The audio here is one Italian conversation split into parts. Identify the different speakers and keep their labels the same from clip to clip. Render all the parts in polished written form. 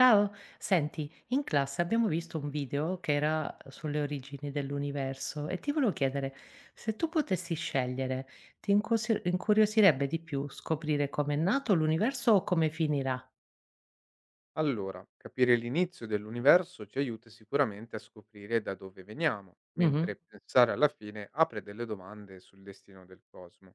Speaker 1: Ciao, senti, in classe abbiamo visto un video che era sulle origini dell'universo e ti volevo chiedere, se tu potessi scegliere, ti incuriosirebbe di più scoprire come è nato l'universo o come finirà?
Speaker 2: Allora, capire l'inizio dell'universo ci aiuta sicuramente a scoprire da dove veniamo,
Speaker 1: Mhm.
Speaker 2: mentre pensare alla fine apre delle domande sul destino del cosmo.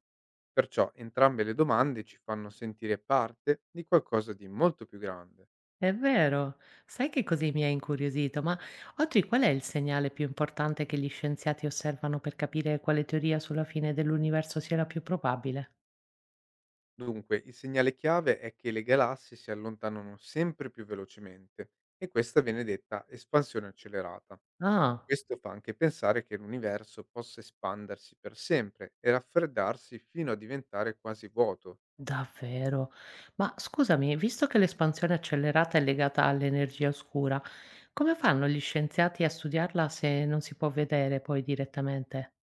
Speaker 2: Perciò entrambe le domande ci fanno sentire parte di qualcosa di molto più grande.
Speaker 1: È vero, sai che così mi ha incuriosito, ma oggi qual è il segnale più importante che gli scienziati osservano per capire quale teoria sulla fine dell'universo sia la più probabile?
Speaker 2: Dunque, il segnale chiave è che le galassie si allontanano sempre più velocemente e questa viene detta espansione accelerata.
Speaker 1: Ah.
Speaker 2: Questo fa anche pensare che l'universo possa espandersi per sempre e raffreddarsi fino a diventare quasi vuoto.
Speaker 1: Davvero? Ma scusami, visto che l'espansione accelerata è legata all'energia oscura, come fanno gli scienziati a studiarla se non si può vedere poi direttamente?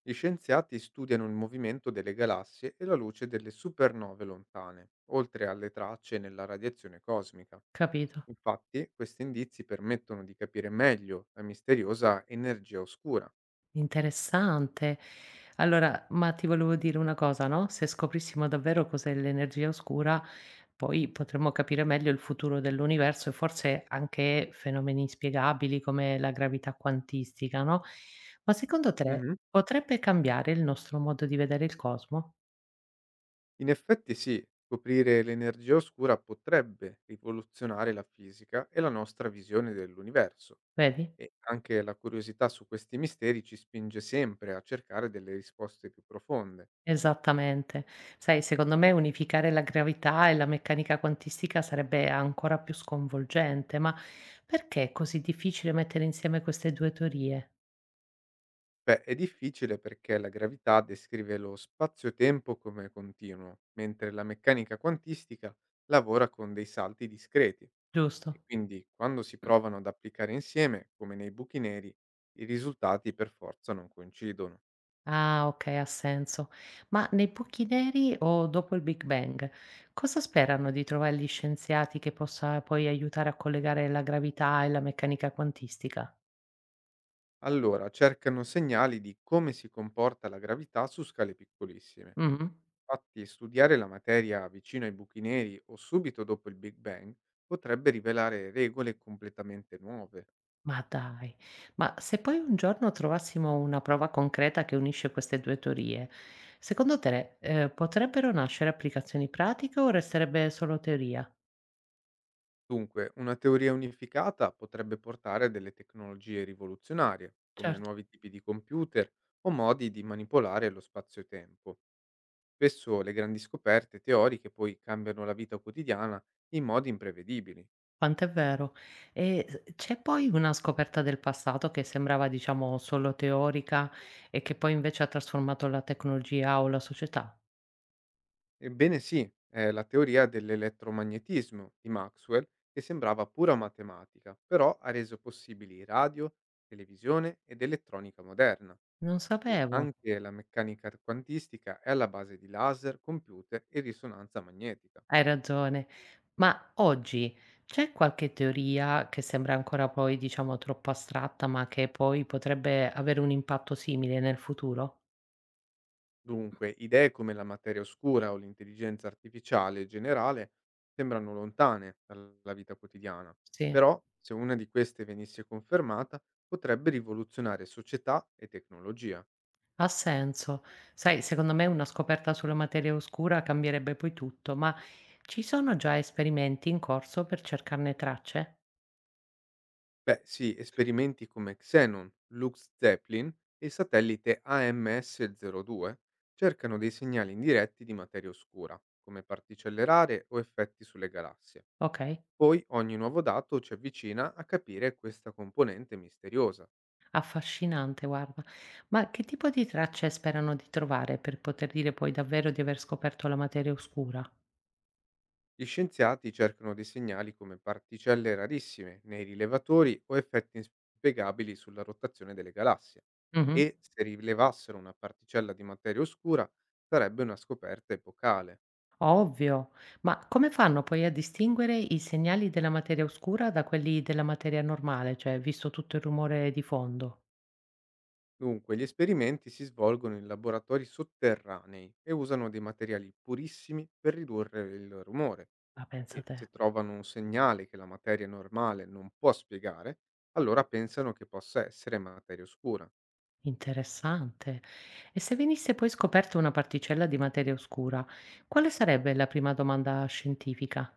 Speaker 2: Gli scienziati studiano il movimento delle galassie e la luce delle supernove lontane, oltre alle tracce nella radiazione cosmica.
Speaker 1: Capito?
Speaker 2: Infatti, questi indizi permettono di capire meglio la misteriosa energia oscura.
Speaker 1: Interessante. Allora, ma ti volevo dire una cosa, no, se scoprissimo davvero cos'è l'energia oscura, poi potremmo capire meglio il futuro dell'universo e forse anche fenomeni inspiegabili come la gravità quantistica, no, ma secondo te
Speaker 2: Mhm.
Speaker 1: potrebbe cambiare il nostro modo di vedere il cosmo?
Speaker 2: In effetti sì, scoprire l'energia oscura potrebbe rivoluzionare la fisica e la nostra visione dell'universo.
Speaker 1: Vedi?
Speaker 2: E anche la curiosità su questi misteri ci spinge sempre a cercare delle risposte più profonde.
Speaker 1: Esattamente. Sai, secondo me unificare la gravità e la meccanica quantistica sarebbe ancora più sconvolgente, ma perché è così difficile mettere insieme queste due teorie?
Speaker 2: Beh, è difficile perché la gravità descrive lo spazio-tempo come continuo, mentre la meccanica quantistica lavora con dei salti discreti e
Speaker 1: Giusto?
Speaker 2: quindi quando si provano ad applicare insieme, come nei buchi neri, i risultati per forza non coincidono.
Speaker 1: Ah, ok, ha senso. Ma nei buchi neri o dopo il Big Bang, cosa sperano di trovare gli scienziati che possa poi aiutare a collegare la gravità e la meccanica quantistica?
Speaker 2: Allora cercano segnali di come si comporta la gravità su scale piccolissime.
Speaker 1: Mhm.
Speaker 2: Infatti, studiare la materia vicino ai buchi neri o subito dopo il Big Bang potrebbe rivelare regole completamente nuove.
Speaker 1: Ma dai, ma se poi un giorno trovassimo una prova concreta che unisce queste 2 teorie, secondo te, potrebbero nascere applicazioni pratiche o resterebbe solo teoria?
Speaker 2: Dunque, una teoria unificata potrebbe portare a delle tecnologie rivoluzionarie, come
Speaker 1: Certo,
Speaker 2: nuovi tipi di computer o modi di manipolare lo spazio-tempo. Spesso le grandi scoperte teoriche poi cambiano la vita quotidiana in modi imprevedibili.
Speaker 1: quanto è vero. E s c'è poi una scoperta del passato che sembrava, diciamo, solo teorica e che poi invece ha trasformato la tecnologia o la società?
Speaker 2: Ebbene sì, è la teoria dell'elettromagnetismo di Maxwell che sembrava pura matematica, però ha reso possibili radio, televisione ed elettronica moderna.
Speaker 1: Non
Speaker 2: E
Speaker 1: sapevo.
Speaker 2: anche la meccanica quantistica è alla base di laser, computer e risonanza magnetica.
Speaker 1: Hai ragione. Ma oggi c'è qualche teoria che sembra ancora poi, diciamo, troppo astratta, ma che poi potrebbe avere un impatto simile nel futuro?
Speaker 2: Dunque, idee come la materia oscura o l'intelligenza artificiale generale sembrano lontane dalla vita quotidiana,
Speaker 1: Sì,
Speaker 2: però se una di queste venisse confermata potrebbe rivoluzionare società e tecnologia.
Speaker 1: ha senso. Sai, secondo me una scoperta sulla materia oscura cambierebbe poi tutto, ma ci sono già esperimenti in corso per cercarne tracce?
Speaker 2: Beh, sì, esperimenti come Xenon, Lux Zeppelin e il satellite AMS-02 cercano dei segnali indiretti di materia oscura, come particelle rare o effetti sulle galassie.
Speaker 1: Ok,
Speaker 2: Poi ogni nuovo dato ci avvicina a capire questa componente misteriosa.
Speaker 1: affascinante, guarda. Ma che tipo di tracce sperano di trovare per poter dire poi davvero di aver scoperto la materia oscura?
Speaker 2: Gli scienziati cercano dei segnali come particelle rarissime nei rilevatori o effetti inspiegabili sulla rotazione delle galassie.
Speaker 1: Mhm.
Speaker 2: E se rilevassero una particella di materia oscura, sarebbe una scoperta epocale.
Speaker 1: Ovvio, ma come fanno poi a distinguere i segnali della materia oscura da quelli della materia normale, cioè visto tutto il rumore di fondo?
Speaker 2: Dunque, gli esperimenti si svolgono in laboratori sotterranei e usano dei materiali purissimi per ridurre il rumore
Speaker 1: Ma pensa
Speaker 2: e
Speaker 1: te,
Speaker 2: se trovano un segnale che la materia normale non può spiegare, allora pensano che possa essere materia oscura.
Speaker 1: interessante. E se venisse poi scoperta una particella di materia oscura, quale sarebbe la prima domanda scientifica?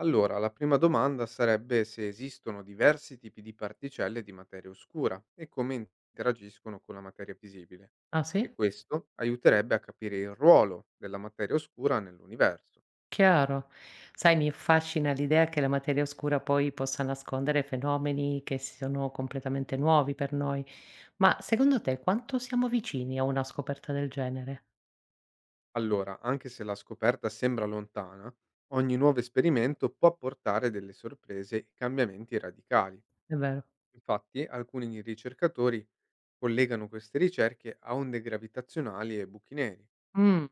Speaker 2: Allora, la prima domanda sarebbe se esistono diversi tipi di particelle di materia oscura e come interagiscono con la materia visibile.
Speaker 1: Ah
Speaker 2: E
Speaker 1: sì?
Speaker 2: questo aiuterebbe a capire il ruolo della materia oscura nell'universo.
Speaker 1: Chiaro. Sai, mi affascina l'idea che la materia oscura poi possa nascondere fenomeni che sono completamente nuovi per noi, ma secondo te quanto siamo vicini a una scoperta del genere?
Speaker 2: Allora, anche se la scoperta sembra lontana, ogni nuovo esperimento può portare delle sorprese e cambiamenti radicali.
Speaker 1: È vero.
Speaker 2: Infatti, alcuni ricercatori collegano queste ricerche a onde gravitazionali e buchi neri.
Speaker 1: Mh.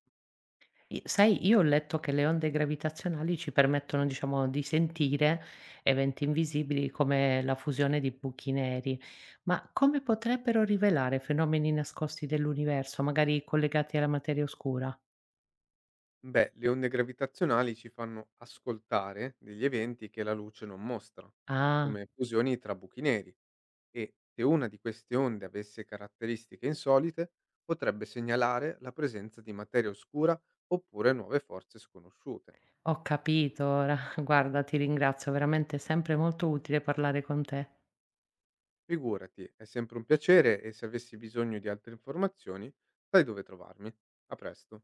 Speaker 1: I sai, io ho letto che le onde gravitazionali ci permettono, diciamo, di sentire eventi invisibili come la fusione di buchi neri, ma come potrebbero rivelare fenomeni nascosti dell'universo, magari collegati alla materia oscura?
Speaker 2: Beh, le onde gravitazionali ci fanno ascoltare degli eventi che la luce non mostra,
Speaker 1: Ah,
Speaker 2: come fusioni tra buchi neri, e se una di queste onde avesse caratteristiche insolite, potrebbe segnalare la presenza di materia oscura oppure nuove forze sconosciute.
Speaker 1: ho capito ora. Guarda, ti ringrazio, veramente è sempre molto utile parlare con te.
Speaker 2: Figurati, è sempre un piacere e se avessi bisogno di altre informazioni, sai dove trovarmi. A presto.